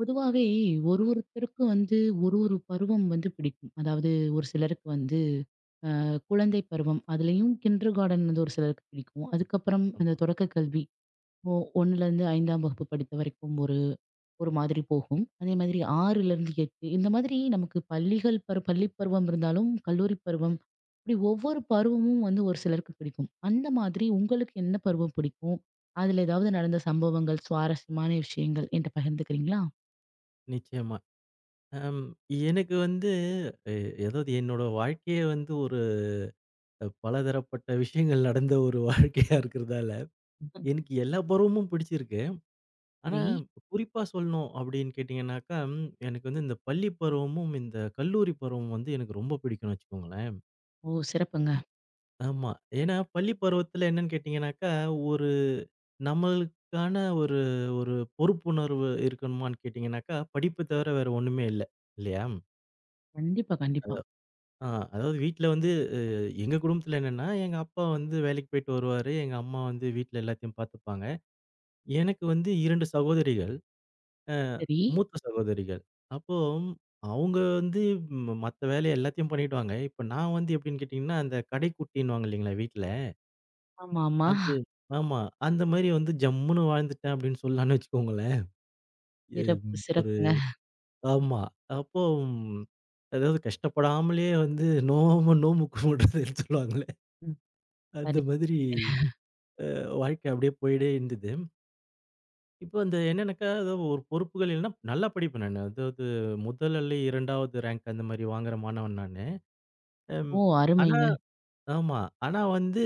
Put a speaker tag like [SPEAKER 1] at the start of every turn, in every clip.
[SPEAKER 1] பொதுவாவே ஒருத்தருக்கு வந்து ஒரு ஒரு பருவம் வந்து பிடிக்கும். அதாவது ஒரு சிலருக்கு வந்து குழந்தை பருவம், அதுலயும் கிண்டர் கார்டன் வந்து ஒரு சிலருக்கு பிடிக்கும். அதுக்கப்புறம் அந்த தொடக்க கல்வி, ஒ 1லருந்து 5ஆம் வகுப்பு படித்த வரைக்கும் ஒரு ஒரு மாதிரி போகும். அதே மாதிரி 6லருந்து 8 இந்த மாதிரி நமக்கு பள்ளி பருவம் இருந்தாலும், கல்லூரி பருவம் இப்படி ஒவ்வொரு பருவமும் வந்து ஒரு சிலருக்கு பிடிக்கும். அந்த மாதிரி உங்களுக்கு என்ன பருவம் பிடிக்கும்? அதுல ஏதாவது நடந்த சம்பவங்கள், சுவாரஸ்யமான விஷயங்கள் என்ட்ட பகிர்ந்துக்கிறீங்களா?
[SPEAKER 2] நிச்சயமா. அம் எனக்கு வந்து எ அதாவது என்னோட வாழ்க்கையே வந்து ஒரு பலதரப்பட்ட விஷயங்கள் நடந்த ஒரு வாழ்க்கையா இருக்கிறதால,
[SPEAKER 1] ம்.
[SPEAKER 2] எனக்கு எல்லா பருவமும் பிடிச்சிருக்கு. ஆனா
[SPEAKER 1] சரி.
[SPEAKER 2] குறிப்பா சொல்லணும் அப்படின்னு கேட்டீங்கன்னாக்கா, எனக்கு வந்து இந்த பள்ளி பருவமும், இந்த கல்லூரி பருவமும் வந்து எனக்கு ரொம்ப பிடிக்கும்னு வச்சுக்கோங்களேன்.
[SPEAKER 1] ஓ, சிறப்புங்க.
[SPEAKER 2] ஆமா. ஏன்னா பள்ளி பருவத்துல என்னன்னு கேட்டீங்கன்னாக்கா, ஒரு நம்மளுக்கான ஒரு ஒரு பொறுப்புணர்வு இருக்கணுமான்னு கேட்டீங்கன்னாக்கா, படிப்பு தவிர வேற ஒண்ணுமே இல்ல. இல்லையா?
[SPEAKER 1] கண்டிப்பா, கண்டிப்பா.
[SPEAKER 2] ஆ அதாவது வீட்ல வந்து எங்க குடும்பத்துல என்னன்னா, எங்க அப்பா வந்து வேலைக்கு போயிட்டு வருவாரு. எங்க அம்மா வந்து வீட்ல எல்லாத்தையும் பார்த்துப்பாங்க. எனக்கு வந்து 2 சகோதரிகள். அ
[SPEAKER 1] சரி.
[SPEAKER 2] மூத்த சகோதரிகள். அப்போ அவங்க வந்து மத்த வேலை எல்லாத்தையும் பண்ணிடுவாங்க. இப்ப நான் வந்து எப்படின்னு கேட்டீங்கன்னா, அந்த கடைக்குட்டின்னுவாங்க இல்லைங்களா வீட்ல.
[SPEAKER 1] ஆமா, ஆமா.
[SPEAKER 2] அது ஆமா. அந்த மாரி வந்து ஜம்முன்னு வாழ்ந்துட்டேன் அப்படின்னு சொல்லலாம்னு வச்சுக்கோங்களேன். எம்
[SPEAKER 1] சிறப்பு,
[SPEAKER 2] ஒரு
[SPEAKER 1] சிறப்புங்க.
[SPEAKER 2] ஆமா. அப்போ ம், அதாவது கஷ்டப்படாமலே வந்து நோம்பு கும்பிடுறதுன்னு சொல்லுவாங்களே.
[SPEAKER 1] ம்.
[SPEAKER 2] அந்த
[SPEAKER 1] சரி.
[SPEAKER 2] மாதிரி வாழ்க்கை அப்படியே போயிட்டே இருந்தது. இப்ப அந்த என்னன்னாக்கா, ஏதோ ஒரு பொறுப்புகள் இல்லன்னா, நல்லா படிப்பேன் நானு. அதாவது 1 அல்ல 2வது ரேங்க் அந்த மாரி வாங்குற மாணவன் நானு. அம்
[SPEAKER 1] ஓ,
[SPEAKER 2] ஆனா
[SPEAKER 1] அருமைங்க.
[SPEAKER 2] ஆமா. ஆனா வந்து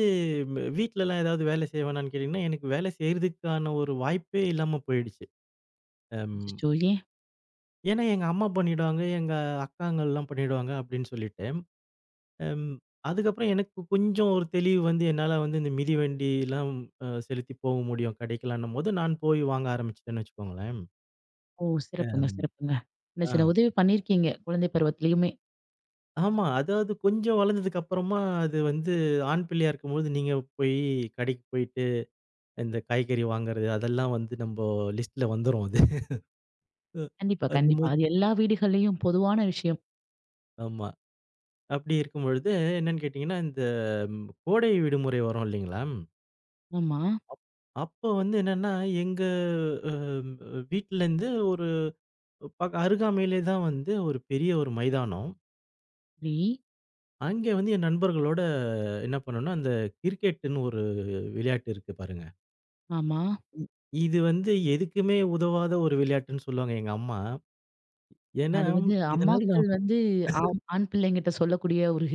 [SPEAKER 2] வீட்லலாம் ஏதாவது வேலை செய்வேனான்னு கேட்டீங்கன்னா, எனக்கு வேலை செய்றதுக்கான ஒரு வாய்ப்பே இல்லாம போயிடுச்சு. அம்
[SPEAKER 1] அச்சச்சோ! ஏன்?
[SPEAKER 2] ஏன்னா எங்க அம்மா பண்ணிடுவாங்க, எங்க அக்காங்கள்லாம் பண்ணிடுவாங்க அப்படின்னு சொல்லிட்டு, அம் அதுக்கப்புறம் எனக்கு கொஞ்சம் ஒரு தெளிவு வந்து என்னால வந்து இந்த மிதிவண்டிலாம் செலுத்தி போக முடியும் கடைக்கெல்லான்னும்போது, நான் போய் வாங்க ஆரம்பிச்சுட்டேன்னு வச்சுக்கோங்களேன்.
[SPEAKER 1] ஓ,
[SPEAKER 2] அ
[SPEAKER 1] சிறப்புங்க, சிறப்புங்க. சின்ன சின்ன
[SPEAKER 2] ஆ.
[SPEAKER 1] உதவி பண்ணியிருக்கீங்க. குழந்தை பருவத்திலயுமே.
[SPEAKER 2] ஆமா. அதாவது கொஞ்சம் வளர்ந்ததுக்கு அப்புறமா அது வந்து ஆண் பிள்ளையா இருக்கும்போது, நீங்க போய் கடைக்கு போயிட்டு, இந்த காய்கறி வாங்குறது அதெல்லாம் வந்து நம்போ லிஸ்ட்ல வந்துரும் அது. அ
[SPEAKER 1] கண்டிப்பா,
[SPEAKER 2] அது
[SPEAKER 1] கண்டிப்பா.
[SPEAKER 2] மாரி
[SPEAKER 1] அது எல்லா வீடுகள்லயும் பொதுவான விஷயம்.
[SPEAKER 2] ஆமா. அப்படி இருக்கும்பொழுது என்னன்னு கேட்டீங்கன்னா, இந்த கோடை விடுமுறை வரும் இல்லைங்களா?
[SPEAKER 1] ஆமா.
[SPEAKER 2] அப்போ வந்து என்னன்னா, எங்க அ வீட்லருந்து ஒரு அருகாமையிலே தான் வந்து ஒரு பெரிய ஒரு மைதானம்.
[SPEAKER 1] சரி.
[SPEAKER 2] அங்கே வந்து என் நண்பர்களோட என்ன பண்ணோம்னா, அந்த கிரிக்கெட்டுன்னு ஒரு விளையாட்டு இருக்கு பாருங்க.
[SPEAKER 1] ஆமா.
[SPEAKER 2] இது வந்து எதுக்குமே உதவாத ஒரு விளையாட்டுன்னு சொல்லுவாங்க எங்க அம்மா. ஏன்னா,
[SPEAKER 1] அது வந்து
[SPEAKER 2] இதனால
[SPEAKER 1] அம்மாக்கள்
[SPEAKER 2] நான்
[SPEAKER 1] வந்து ஆண் பிள்ளைங்கிட்ட சொல்லக்கூடிய ஒரு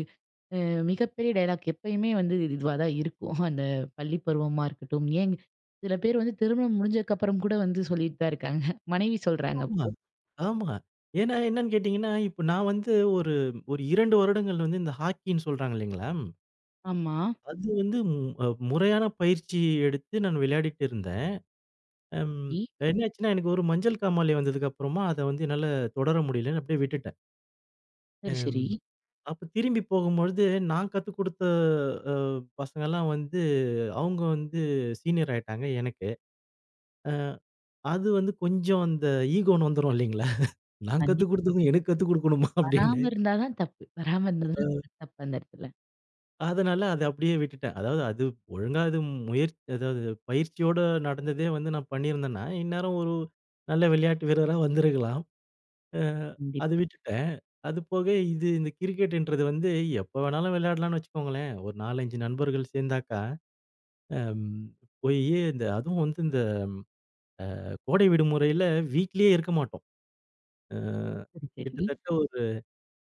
[SPEAKER 1] அ மிகப்பெரிய டயலாக் எப்பயுமே வந்து இதுவா தான் இருக்கும். அந்த பள்ளி பருவமா இருக்கட்டும், ஏன் சில பேர் வந்து திருமணம் முடிஞ்சதுக்கு அப்புறம் கூட வந்து சொல்லிட்டு தான் இருக்காங்க. மனைவி சொல்றாங்க
[SPEAKER 2] ஆமாமா,
[SPEAKER 1] அப்போ.
[SPEAKER 2] ஆமா. ஏன்னா என்னன்னு கேட்டீங்கன்னா, இப்ப நான் வந்து ஒரு ஒரு 2 வருடங்கள் வந்து இந்த ஹாக்கின்னு சொல்றாங்க இல்லைங்களா?
[SPEAKER 1] ஆமா.
[SPEAKER 2] அது வந்து ம் அ முறையான பயிற்சி எடுத்து நான் விளையாடிட்டு இருந்தேன். அம்
[SPEAKER 1] இ
[SPEAKER 2] என்னாச்சுன்னா, எனக்கு ஒரு மஞ்சள் காமாலை வந்ததுக்கு அப்புறமா அத வந்து என்னால தொடர முடியலன்னு அப்படியே விட்டுட்டேன்.
[SPEAKER 1] சரி,
[SPEAKER 2] அம்
[SPEAKER 1] சரி.
[SPEAKER 2] அப்ப திரும்பி போகும்பொழுது நான் கத்துக் குடுத்த அ பசங்கலாம் வந்து அவங்க வந்து சீனியர் ஆயிட்டாங்க எனக்கு. அது வந்து கொஞ்சம் அந்த ஈகோன்னு வந்துரும் இல்லைங்களா? நான்
[SPEAKER 1] தண்ணி
[SPEAKER 2] கத்துக் குடுத்ததும் எனக்கு கத்துக் குடுக்கணுமா?
[SPEAKER 1] வராம
[SPEAKER 2] அப்படின்னு.
[SPEAKER 1] இருந்தா தான் தப்பு. வராம இருந்தா தான் தப்பு அந்த இடத்துல.
[SPEAKER 2] அதனால அத அப்படியே விட்டுட்டேன். அதாவது அது ஒழுங்கா அது அதாவது பயிற்சியோட நடந்ததே வந்து நான் பண்ணியிருந்தேன்னா, இந்நேரம் ஒரு நல்ல விளையாட்டு வீரரா வந்திருக்கலாம். அ அது
[SPEAKER 1] கண்டிப்பா.
[SPEAKER 2] விட்டுட்டேன். அது போக இது இந்த கிரிக்கெட்ன்றது வந்து எப்ப வேணாலும் விளையாடலாம்னு வச்சுக்கோங்களேன். ஒரு 4, 5 நண்பர்கள் சேர்ந்தாக்கா, அம் போயி இந்த அதுவும் வந்து இந்த கோடை விடுமுறையில வீட்லயே இருக்க மாட்டோம். அ
[SPEAKER 1] சரி, சரி.
[SPEAKER 2] கிட்டத்தட்ட ஒரு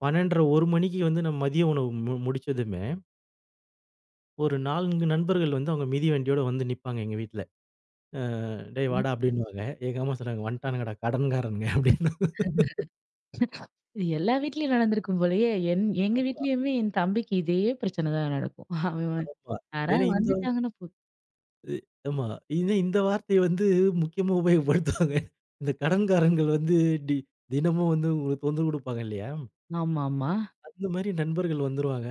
[SPEAKER 2] 12:30 1 மணிக்கு வந்து நம்ம மதிய உணவு முடிச்சதுமே, ஒரு 4 நண்பர்கள் வந்து அவங்க மிதி வண்டியோட வந்து நிப்பாங்க எங்க வீட்ல. அ "டேய்
[SPEAKER 1] ம்.
[SPEAKER 2] வாடா" அப்படின்னுவாங்க. எங்க அம்மா சொல்லுவாங்க, "வந்துட்டானுங்கடா கடன்காரனுங்க" அப்படின்னு.
[SPEAKER 1] இது எல்லா வீட்லயும் நடந்திருக்கும் போலயே! எங்க வீட்லயுமே என் தம்பிக்கு இதே பிரச்சனை தான் நடக்கும். அவன் வந்து
[SPEAKER 2] ஆமா. ஏன்னா
[SPEAKER 1] யாராவது
[SPEAKER 2] இந்த
[SPEAKER 1] வந்துட்டாங்கன்னா போ.
[SPEAKER 2] ஆமா. ஏன்னா இந்த வார்த்தைய வந்து முக்கியமா உபயோகப்படுத்துவாங்க. இந்த கடன்காரன்கள் வந்து டி தினமும் வந்து உங்களுக்கு தொந்தரவு குடுப்பாங்க இல்லையா?
[SPEAKER 1] ஆமாமா.
[SPEAKER 2] அந்த மாரி நண்பர்கள் வந்துருவாங்க.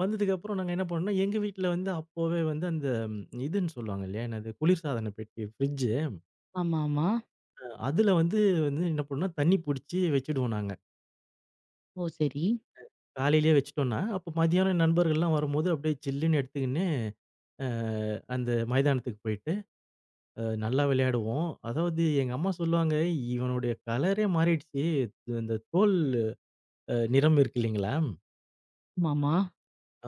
[SPEAKER 2] வந்ததுக்கப்புறம் நாங்க என்ன பண்ணோம்னா, எங்க வீட்ல வந்து அப்போவே வந்து அந்த இதுன்னு சொல்லுவாங்க இல்லையா? என்னது குளிர்சாதன பெட்டி, ஃப்ரிட்ஜ்.
[SPEAKER 1] ஆமா, ஆமா.
[SPEAKER 2] அதுல வந்து வந்து என்ன பண்ணோம்னா, தண்ணி புடிச்சு வச்சுடுவோம் நாங்க.
[SPEAKER 1] ஓ, சரி.
[SPEAKER 2] காலையிலேயே வச்சுட்டோம்ன்னா, அப்ப மதியானம் என் நண்பர்கள்லாம் வரும்போது அப்படியே சில்லுன்னு எடுத்துக்கின்னு, அ அந்த மைதானத்துக்கு போயிட்டு, நல்லா விளையாடுவோம். அதாவது எங்க அம்மா சொல்லுவாங்க, "இவனுடைய கலரே மாறிடுச்சு. இந்த தோல் நிறம் இருக்கு இல்லைங்களா?
[SPEAKER 1] ஆமாமா.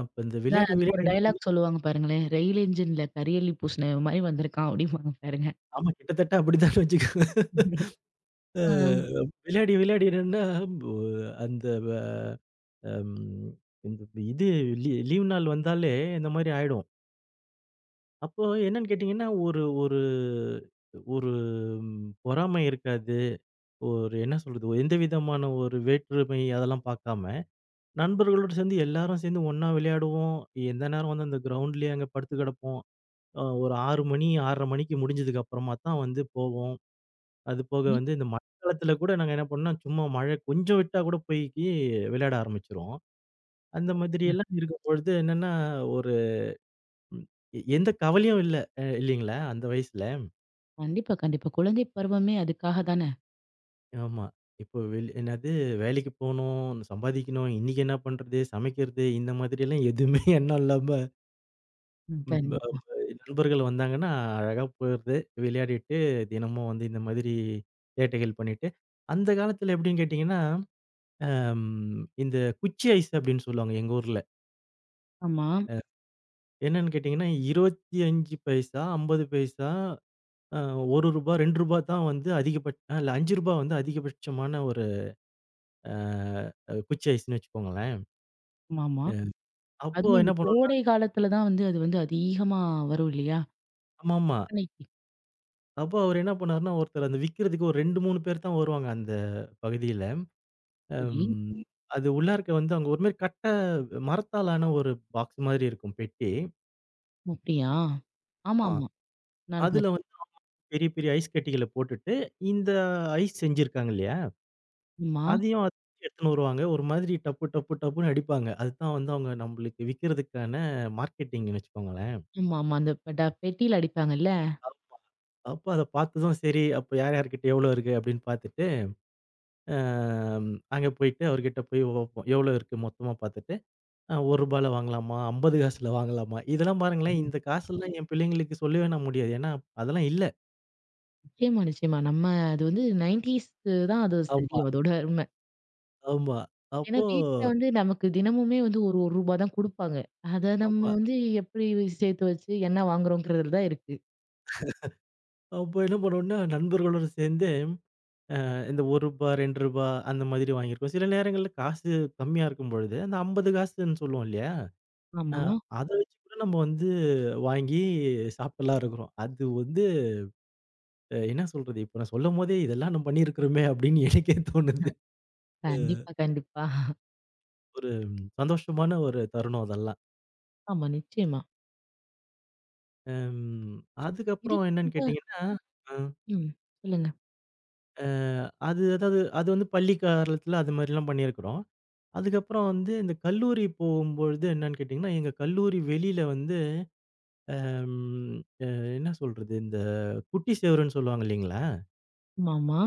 [SPEAKER 2] அப்ப இந்த
[SPEAKER 1] அதான்
[SPEAKER 2] விளையாடி
[SPEAKER 1] அதுக்கு ஒரு
[SPEAKER 2] விளையாடி என்ன பண்ண".
[SPEAKER 1] டயலாக் சொல்லுவாங்க பாருங்களேன். "ரயில் என்ஜின்ல கரியள்ளி பூசின மாரி வந்திருக்கான்" அப்படிம்பாங்க பாருங்க.
[SPEAKER 2] ஆமா கிட்டத்தட்ட அப்படித்தான் வச்சுக்கோங்க. அ
[SPEAKER 1] ஆ.
[SPEAKER 2] விளையாடி விளையாடி என்னன்னா, ஒ அந்த வ அம் இந்த இது லீ லீவ் நாள் வந்தாலே இந்த மாரி ஆயிடும். அப்போ என்னன்னு கேட்டீங்கன்னா, ஒரு ஒரு ஒரு ம் பொறாமை இருக்காது. ஒரு என்ன சொல்றது? எந்த விதமான ஒரு வேற்றுமை அதெல்லாம் பார்க்காம, நண்பர்களோடு சேர்ந்து எல்லாரும் சேர்ந்து ஒண்ணா விளையாடுவோம். எந்த நேரம் வந்து அந்த கிரவுண்ட்லயே அங்க படுத்து கிடப்போம். ஒரு 6 மணி 6:30 மணிக்கு முடிஞ்சதுக்கு அப்புறமா தான் வந்து போவோம். அதுபோக
[SPEAKER 1] ம்.
[SPEAKER 2] வந்து இந்த மழை காலத்துல கூட நாங்க என்ன பண்ணோம்னா, சும்மா மழை கொஞ்சம் விட்டா கூட போய் விளையாட ஆரம்பிச்சுருவோம். அந்த மாதிரி எல்லாம் இருக்கும்பொழுது என்னன்னா, ஒரு ம் எந்த கவலையும் இல்ல. இல்லீங்களா? அந்த வயசுல.
[SPEAKER 1] கண்டிப்பா, கண்டிப்பா. குழந்தை பருவமே அதுக்காக தானே.
[SPEAKER 2] ஆமா. இப்போ வெளி என்னது வேலைக்கு போணும், சம்பாதிக்கணும், இன்னைக்கு என்ன பண்றது? சமைக்கிறது இந்த மாதிரியெல்லாம் எதுவுமே எண்ணம் இல்லாம
[SPEAKER 1] ம்.
[SPEAKER 2] ம் அ
[SPEAKER 1] கண்டிப்பா.
[SPEAKER 2] நண்பர்கள் வந்தாங்கன்னா, அழகா போயிறது. விளையாடிட்டு, தினமும் வந்து இந்த மாதிரி சேட்டைகள் பண்ணிட்டு, அந்த காலத்துல எப்படின்னு கேட்டீங்கன்னா, அம் இந்த குச்சி ஐஸ் அப்படின்னு சொல்லுவாங்க எங்க ஊர்ல.
[SPEAKER 1] ஆமா,
[SPEAKER 2] அ என்னன்னு கேட்டீங்கன்னா, 25 பைசா, 50 பைசா, ரூ. 1, ரூ. 2 தான் வந்து அதிகபட்ச இல்ல ரூ. 5 வந்து அதிகபட்சமான ஒரு குச்சி ஐஸ்ன்னு வச்சுக்கோங்களேன்.
[SPEAKER 1] ஆமாமா.
[SPEAKER 2] அப்போ
[SPEAKER 1] அதுவும் அந்த
[SPEAKER 2] என்ன பண்ணுவோம்னா
[SPEAKER 1] கோடை காலத்துல தான் வந்து அது வந்து அதிகமா வரும் இல்லையா?
[SPEAKER 2] ஆமாமா.
[SPEAKER 1] கற்பனைக்கு.
[SPEAKER 2] அப்போ அவரு என்ன பண்ணாருன்னா, ஒருத்தர் அந்த விக்கிறதுக்கு ஒரு 2, 3 பேர் தான் வருவாங்க அந்த பகுதியில. அம்
[SPEAKER 1] சரி.
[SPEAKER 2] ம். அது உள்ளார்க்க வந்து அங்க ஒரு மாரி மரத்தாலான ஒரு பாக்ஸ் மாதிரி இருக்கும் பெட்டி.
[SPEAKER 1] ஓ, அப்படியா?
[SPEAKER 2] ஆமா.
[SPEAKER 1] ஆமாமா. நானும்
[SPEAKER 2] அதுல
[SPEAKER 1] பாத்தேன்.
[SPEAKER 2] வந்து பெரிய பெரிய ஐஸ் கட்டிகள போட்டுட்டு, இந்த ஐஸ் செஞ்சிருக்காங்க இல்லையா?
[SPEAKER 1] ஆமா,
[SPEAKER 2] அதையும் அது எடுத்துன்னு வருவாங்க. ஒரு மாதிரி டப்பு டப்பு டப்புன்னு அடிப்பாங்க. அதுதான் வந்து அவங்க நம்மளுக்கு விக்கிறதுக்கான மார்க்கெட்டிங்ன்னு வச்சுக்கோங்களேன்.
[SPEAKER 1] ஆமாமா. அந்த ப ட பெட்டியில அடிப்பாங்கல்ல.
[SPEAKER 2] அப்போ அத பார்த்ததும் சரி, அப்போ யார் யார்கிட்ட எவ்வளோ இருக்கு அப்படின்னு பார்த்துட்டு அம் அங்க போயிட்டு அவர்கிட்ட போய் ஓப்போம். எவ்வளோ இருக்கு மொத்தமா பார்த்துட்டு, அ ரூ. 1ல வாங்கலாமா? 50 காசுல வாங்கலாமா? இதெல்லாம் பாருங்களேன், இந்த காசெல்லாம் என் பிள்ளைங்களுக்கு சொல்லவே நான் முடியாது. ஏன்னா அதெல்லாம் இல்ல.
[SPEAKER 1] நிச்சயமா, நிச்சயமா. நம்ம அது வந்து 90ஸ் தான் அது சரி
[SPEAKER 2] ஆமா,
[SPEAKER 1] அதோட
[SPEAKER 2] ஆமா.
[SPEAKER 1] ஏன்னா
[SPEAKER 2] அப்போ
[SPEAKER 1] வீட்ல வந்து நமக்கு தினமுமே வந்து ஒரு ரூ. 1 தான் குடுப்பாங்க. அத நம்ம
[SPEAKER 2] ஆமா.
[SPEAKER 1] வந்து எப்படி சேர்த்து வச்சு என்ன வாங்குறோங்கிறதுல தான் இருக்கு.
[SPEAKER 2] அப்போ என்ன பண்ணுவோம்னா, நண்பர்களோட சேர்ந்து இந்த ரூ. 1 ரூ. 2 அந்த மாதிரி வாங்கியிருக்கோம். சில நேரங்கள்ல காசு கம்மியா இருக்கும் பொழுது, அந்த 50 காசுன்னு சொல்லுவோம் இல்லையா? அ
[SPEAKER 1] ஆமா.
[SPEAKER 2] அத வச்சு கூட நம்ம வந்து வாங்கி சாப்பிட்டுலாம் இருக்கிறோம். அது வந்து என்ன சொல்றது? இப்ப நான் சொல்லும்போதே இதெல்லாம் நம்ம பண்ணியிருக்கிறோமே அப்படின்னு எனக்கே தோணுது. ம்.
[SPEAKER 1] கண்டிப்பா, கண்டிப்பா.
[SPEAKER 2] ஒரு சந்தோஷமான ஒரு தருணம் அதெல்லாம்.
[SPEAKER 1] ஆமா, நிச்சயமா.
[SPEAKER 2] ம்.
[SPEAKER 1] இது
[SPEAKER 2] அதுக்கப்புறம் என்னன்னு
[SPEAKER 1] ரொம்ப
[SPEAKER 2] கேட்டீங்கன்னா, அ
[SPEAKER 1] ம். சொல்லுங்க.
[SPEAKER 2] அ அது அதாவது அது வந்து பள்ளி காலத்துல அது மாரிலாம் பண்ணியிருக்கிறோம். அதுக்கப்புறம் வந்து இந்த கல்லூரி போகும்பொழுது என்னன்னு கேட்டீங்கன்னா, எங்க கல்லூரி வெளியில வந்து ம் அ என்ன சொல்றது? இந்த குட்டி சுவருன்னு சொல்லுவாங்க இல்லீங்களா?
[SPEAKER 1] ஆமாமா.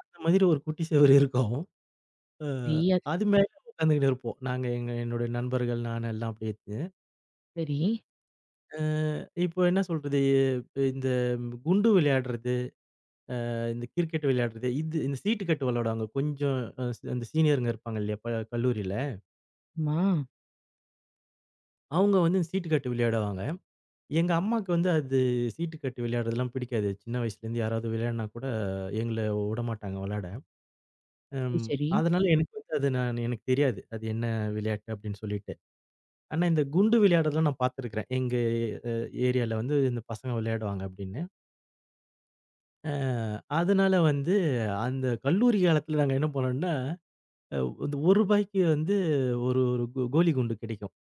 [SPEAKER 2] அந்த மாதிரி ஒரு குட்டி சுவர் இருக்கும். அ
[SPEAKER 1] நெய்யா
[SPEAKER 2] அது மேல உட்காந்துக்கிட்டு இருப்போம். நாங்க எங்க என்னுடைய நண்பர்கள் நான் எல்லாம் அப்படியே.
[SPEAKER 1] சரி.
[SPEAKER 2] அ இப்போ என்ன சொல்றது? இந்த குண்டு விளையாடுறது, இந்த கிரிக்கெட் விளையாடுறது, இது இந்த சீட்டு கட்டு விளையாடுவாங்க. கொஞ்சம் அந்த சீனியருங்க இருப்பாங்க இல்லையா? கல்லூரியில.
[SPEAKER 1] ஆமா.
[SPEAKER 2] அவங்க வந்து இந்த சீட்டு கட்டு விளையாடுவாங்க. எங்க அம்மாக்கு வந்து அது சீட்டு கட்டு விளையாடுறதெல்லாம் பிடிக்காது. சின்ன வயசுலேருந்து யாராவது விளையாடுனா கூட எங்கள விடமாட்டாங்க விளையாட.
[SPEAKER 1] சரி,
[SPEAKER 2] ம்
[SPEAKER 1] சரி.
[SPEAKER 2] அதனால எனக்கு வந்து அது நான் எனக்கு தெரியாது. அது என்ன விளையாட்டு அப்படின்னு சொல்லிட்டு. ஆனா இந்த குண்டு விளையாடுறதெல்லாம் நான் பார்த்துருக்கிறேன். எங்க அ ஏரியால வந்து இந்த பசங்க விளையாடுவாங்க அப்படின்னு. அ அதனால வந்து அந்த கல்லூரி காலத்துல நாங்க என்ன பண்ணோம்னா, அ இந்த ரூ. 1 வந்து ஒரு ஒரு கோ கோலி குண்டு கிடைக்கும்.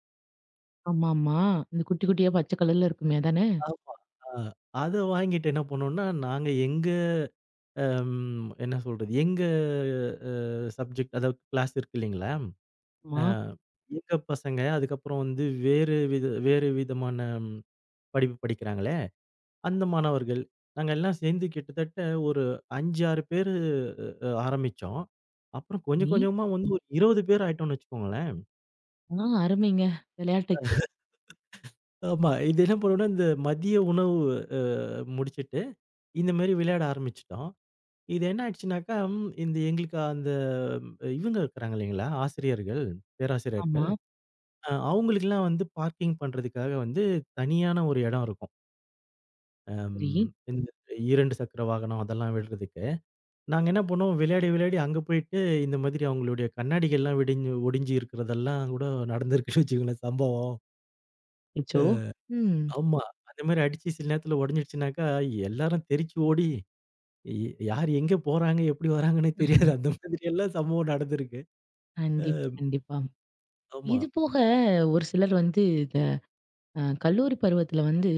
[SPEAKER 1] ஆமாமா. இந்த குட்டி குட்டியா பச்சை கலர்ல இருக்குமே அதானே?
[SPEAKER 2] ஆமா. ஆ அத வாங்கிட்டு என்ன பண்ணோம்னா, நாங்க எங்க என்ன சொல்றது? எங்க அ சப்ஜெக்ட் அதாவது கிளாஸ் இருக்கு இல்லைங்களா? அ
[SPEAKER 1] ஆமா.
[SPEAKER 2] எங்க பசங்க அதுக்கப்புறம் வந்து வேறு விதமான படிப்பு படிக்கிறாங்க அந்த மாணவர்கள். நாங்க எல்லாம் சேர்ந்து கிட்டத்தட்ட ஒரு 5, 6 பேரு ஆரம்பிச்சோம். அப்புறம் கொஞ்சம்
[SPEAKER 1] சரி.
[SPEAKER 2] கொஞ்சமா வந்து ஒரு 20 பேர் ஆயிட்டோம்னு வச்சுக்கோங்களேன்.
[SPEAKER 1] ஆ, அருமைங்க. விளையாட்டுக்கு.
[SPEAKER 2] ஆமா. இது என்ன பண்ணோம்னா, இந்த மதிய உணவு அ முடிச்சுட்டு, இந்த மாரி விளையாட ஆரம்பிச்சுட்டோம். இது என்ன ஆயிடுச்சுனாக்கா, இந்த எங்களுக்கு அந்த இவங்க இருக்கிறாங்க இல்லைங்களா, ஆசிரியர்கள்,
[SPEAKER 1] ஆமா.
[SPEAKER 2] பேராசிரியர்கள். அவங்களுக்கெல்லாம் வந்து பார்க்கிங் பண்றதுக்காக வந்து தனியான ஒரு இடம் இருக்கும்.
[SPEAKER 1] சரி.
[SPEAKER 2] இந்த 2 சக்கர வாகனம் அதெல்லாம் விடுறதுக்கு. நாங்க என்ன பண்ணோம், விளையாடி, விளையாடி அங்க போயிட்டு, இந்த மாதிரி அவங்களுடைய கண்ணாடிகள்லாம் வெடிஞ்சு ஒடிஞ்சு இருக்கிறதெல்லாம் கூட நடந்திருக்குன்னு வச்சுக்கோங்களேன் சம்பவம்.
[SPEAKER 1] அச்சோ! ம்.
[SPEAKER 2] ஆமா. அந்த மாரி அடிச்சு சில நேரத்துல ஒடஞ்சிடுச்சுனாக்கா, எல்லாரும் தெறிச்சு ஓடி, எ யார் எங்க போறாங்க, எப்படி வராங்கன்னே தெரியாது. அந்த மாதிரி எல்லாம் சம்பவம் நடந்திருக்கு.
[SPEAKER 1] கண்டிப்பா, கண்டிப்பா.
[SPEAKER 2] ஆமா.
[SPEAKER 1] இது போக ஒரு சிலர் வந்து கல்லூரி பருவத்துல வந்து,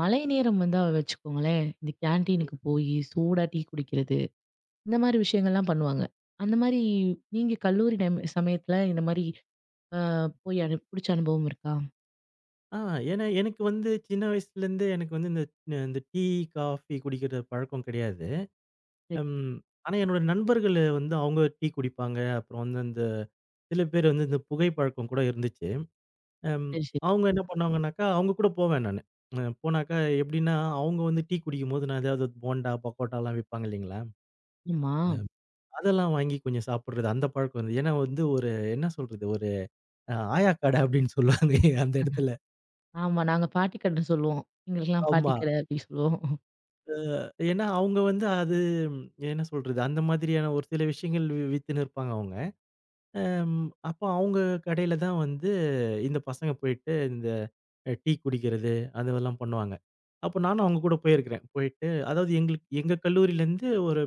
[SPEAKER 1] மழை நேரம் வந்தா வச்சுக்கோங்களேன், இந்த கேன்டீனுக்கு போயி, சூடா டீ குடிக்கிறது, இந்த மாரி விஷயங்கள்லாம் பண்ணுவாங்க. அந்த மாரி நீங்க கல்லூரி டைம் சமயத்துல இந்த மாரி அ போய் புடிச்ச அனுபவம் இருக்கா?
[SPEAKER 2] ஆ ஏன்னா எனக்கு வந்து சின்ன வயசுலேருந்தே எனக்கு வந்து இந்த இந்த டீ, காஃபி குடிக்கிற பழக்கம் கிடையாது.
[SPEAKER 1] சரி,
[SPEAKER 2] ம். ஆனா என்னோட நண்பர்களு வந்து அவங்க டீ குடிப்பாங்க. அப்புறம் வந்து அந்த சில பேர் வந்து இந்த புகை பழக்கம் கூட இருந்துச்சு. அம்.
[SPEAKER 1] சரி, சரி.
[SPEAKER 2] அவங்க என்ன பண்ணாங்கன்னாக்கா, அவங்க கூட போவேன் நானு. போனாக்கா எப்படின்னா, அவங்க வந்து டீ குடிக்கும்போது நான் ஏதாவது போண்டா, பக்கோடாலாம் விப்பாங்க இல்லைங்களா?
[SPEAKER 1] ஆமா.
[SPEAKER 2] அதெல்லாம் வாங்கி கொஞ்சம் சாப்பிடுறது. அந்த பழக்கம் இருந்தது. ஏன்னா வந்து ஒரு என்ன சொல்றது? ஒரு ஆயா கடை அப்படின்னு சொல்லுவாங்க அந்த இடத்துல.
[SPEAKER 1] ஆமா. நாங்க பாட்டி கடைன்னு சொல்லுவோம். எங்களுக்கெல்லாம் பாட்டி
[SPEAKER 2] ஆமா.
[SPEAKER 1] கடை அப்டி சொல்லுவோம்.
[SPEAKER 2] ஏன்னா அவங்க வந்து அது ம், என்ன சொல்றது? அந்த மாதிரியான ஒரு சில விஷயங்கள் வித்துன்னு இருப்பாங்க அவங்க. அப்போ அவங்க கடையில தான் வந்து இந்த பசங்க போயிட்டு இந்த டீ குடிக்கிறது, அதெல்லாம் பண்ணுவாங்க. அப்போ நானும் அவங்க கூட போயிருக்கிறேன். போயிட்டு அதாவது எங்களுக்கு எங்க கல்லூரியிலேருந்து ஒரு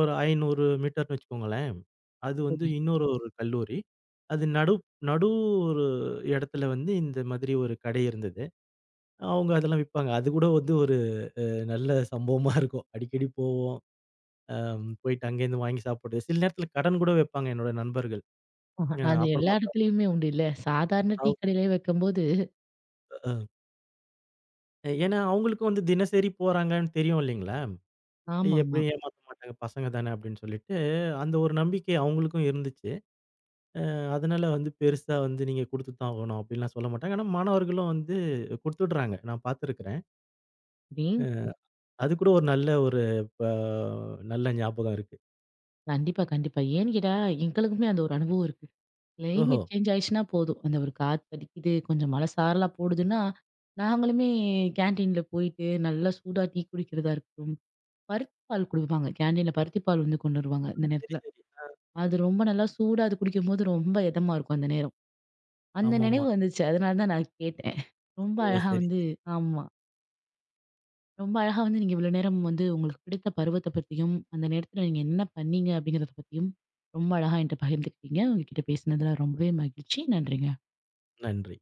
[SPEAKER 2] ஒரு 500 மீட்டர்ன்னு வச்சுக்கோங்களேன். அது வந்து
[SPEAKER 1] சரி.
[SPEAKER 2] இன்னொரு ஒரு கல்லூரி. அது நடு நடு ஒரு இடத்துல வந்து இந்த மாதிரி ஒரு கடை இருந்தது. அவங்க அதெல்லாம் விப்பாங்க. அது கூட வந்து ஒரு நல்ல சம்பவமா இருக்கும். அடிக்கடி போவோம். போயிட்டு அங்கேருந்து வாங்கி சாப்பிடுறது. சில நேரத்தில கடன் கூட வைப்பாங்க என்னோட நண்பர்கள்.
[SPEAKER 1] ஆஹா, அது எல்லா
[SPEAKER 2] அப்புறமா தான்
[SPEAKER 1] இடத்துலயுமே உண்டு இல்ல. சாதாரண டீ
[SPEAKER 2] அவங்க-
[SPEAKER 1] கடையிலே வைக்கும்போது
[SPEAKER 2] அஹ் ஏன்னா அவங்களுக்கும் வந்து தினசரி போறாங்கன்னு தெரியும் இல்லைங்களா?
[SPEAKER 1] ஆமாமா.
[SPEAKER 2] எப்படியும் ஏமாத்த மாட்டாங்க பசங்க தானே அப்படின்னு சொல்லிட்டு, அந்த ஒரு நம்பிக்கை அவங்களுக்கும் இருந்துச்சு. அதனால வந்து பெருசா வந்து நீங்க குடுத்து தான் ஆகணும் அப்படின்லாம் சொல்ல மாட்டாங்க. ஆனா மாணவர்களும் வந்து குடுத்துடுறாங்க. நான் பார்த்துருக்கிறேன்.
[SPEAKER 1] நீ
[SPEAKER 2] அது கூட ஒரு நல்ல ஒரு ப நல்ல ஞாபகம் இருக்கு.
[SPEAKER 1] கண்டிப்பா, கண்டிப்பா. ஏன்னு கேட்டா, எங்களுக்குமே அந்த ஒரு அனுபவம் இருக்கு.
[SPEAKER 2] ஓஹோ!
[SPEAKER 1] கிளைமேட் சேஞ்ச் ஆயிடுச்சுன்னா போதும். அந்த ஒரு காத்து அடிக்குது, கொஞ்சம் மழை சாரலா போடுதுன்னா, நாங்களுமே கேன்டீன்ல போயிட்டு நல்லா சூடா டீ குடிக்கிறதா இருக்கட்டும், பருத்தி பால் குடுப்பாங்க. கேன்டீன்ல பருத்தி பால் வந்து கொண்டு வருவாங்க இந்த
[SPEAKER 2] ஆ, சரி,
[SPEAKER 1] நேரத்துல.
[SPEAKER 2] சரி.
[SPEAKER 1] அது ரொம்ப நல்லா சூடா அது குடிக்கும்போது ரொம்ப இதமா இருக்கும் அந்த நேரம். அந்த
[SPEAKER 2] ஆமாமா.
[SPEAKER 1] நினைவு வந்துச்சு. அதனால தான் நான் கேட்டேன். ரொம்ப
[SPEAKER 2] ஓ! சரி.
[SPEAKER 1] அழகா
[SPEAKER 2] சரி.
[SPEAKER 1] வந்து ஆமா. ரொம்ப அழகா வந்து நீங்க இவ்ளோ நேரம் வந்து உங்களுக்கு பிடித்த பருவத்த பத்தியும், அந்த நேரத்துல நீங்க என்ன பண்ணீங்க அப்படிங்கிறத பத்தியும் ரொம்ப அழகா என்ட்ட பகிர்ந்துக்கிட்டீங்க. உங்ககிட்ட பேசினதுல ரொம்பவே மகிழ்ச்சி. நன்றிங்க.
[SPEAKER 2] நன்றி.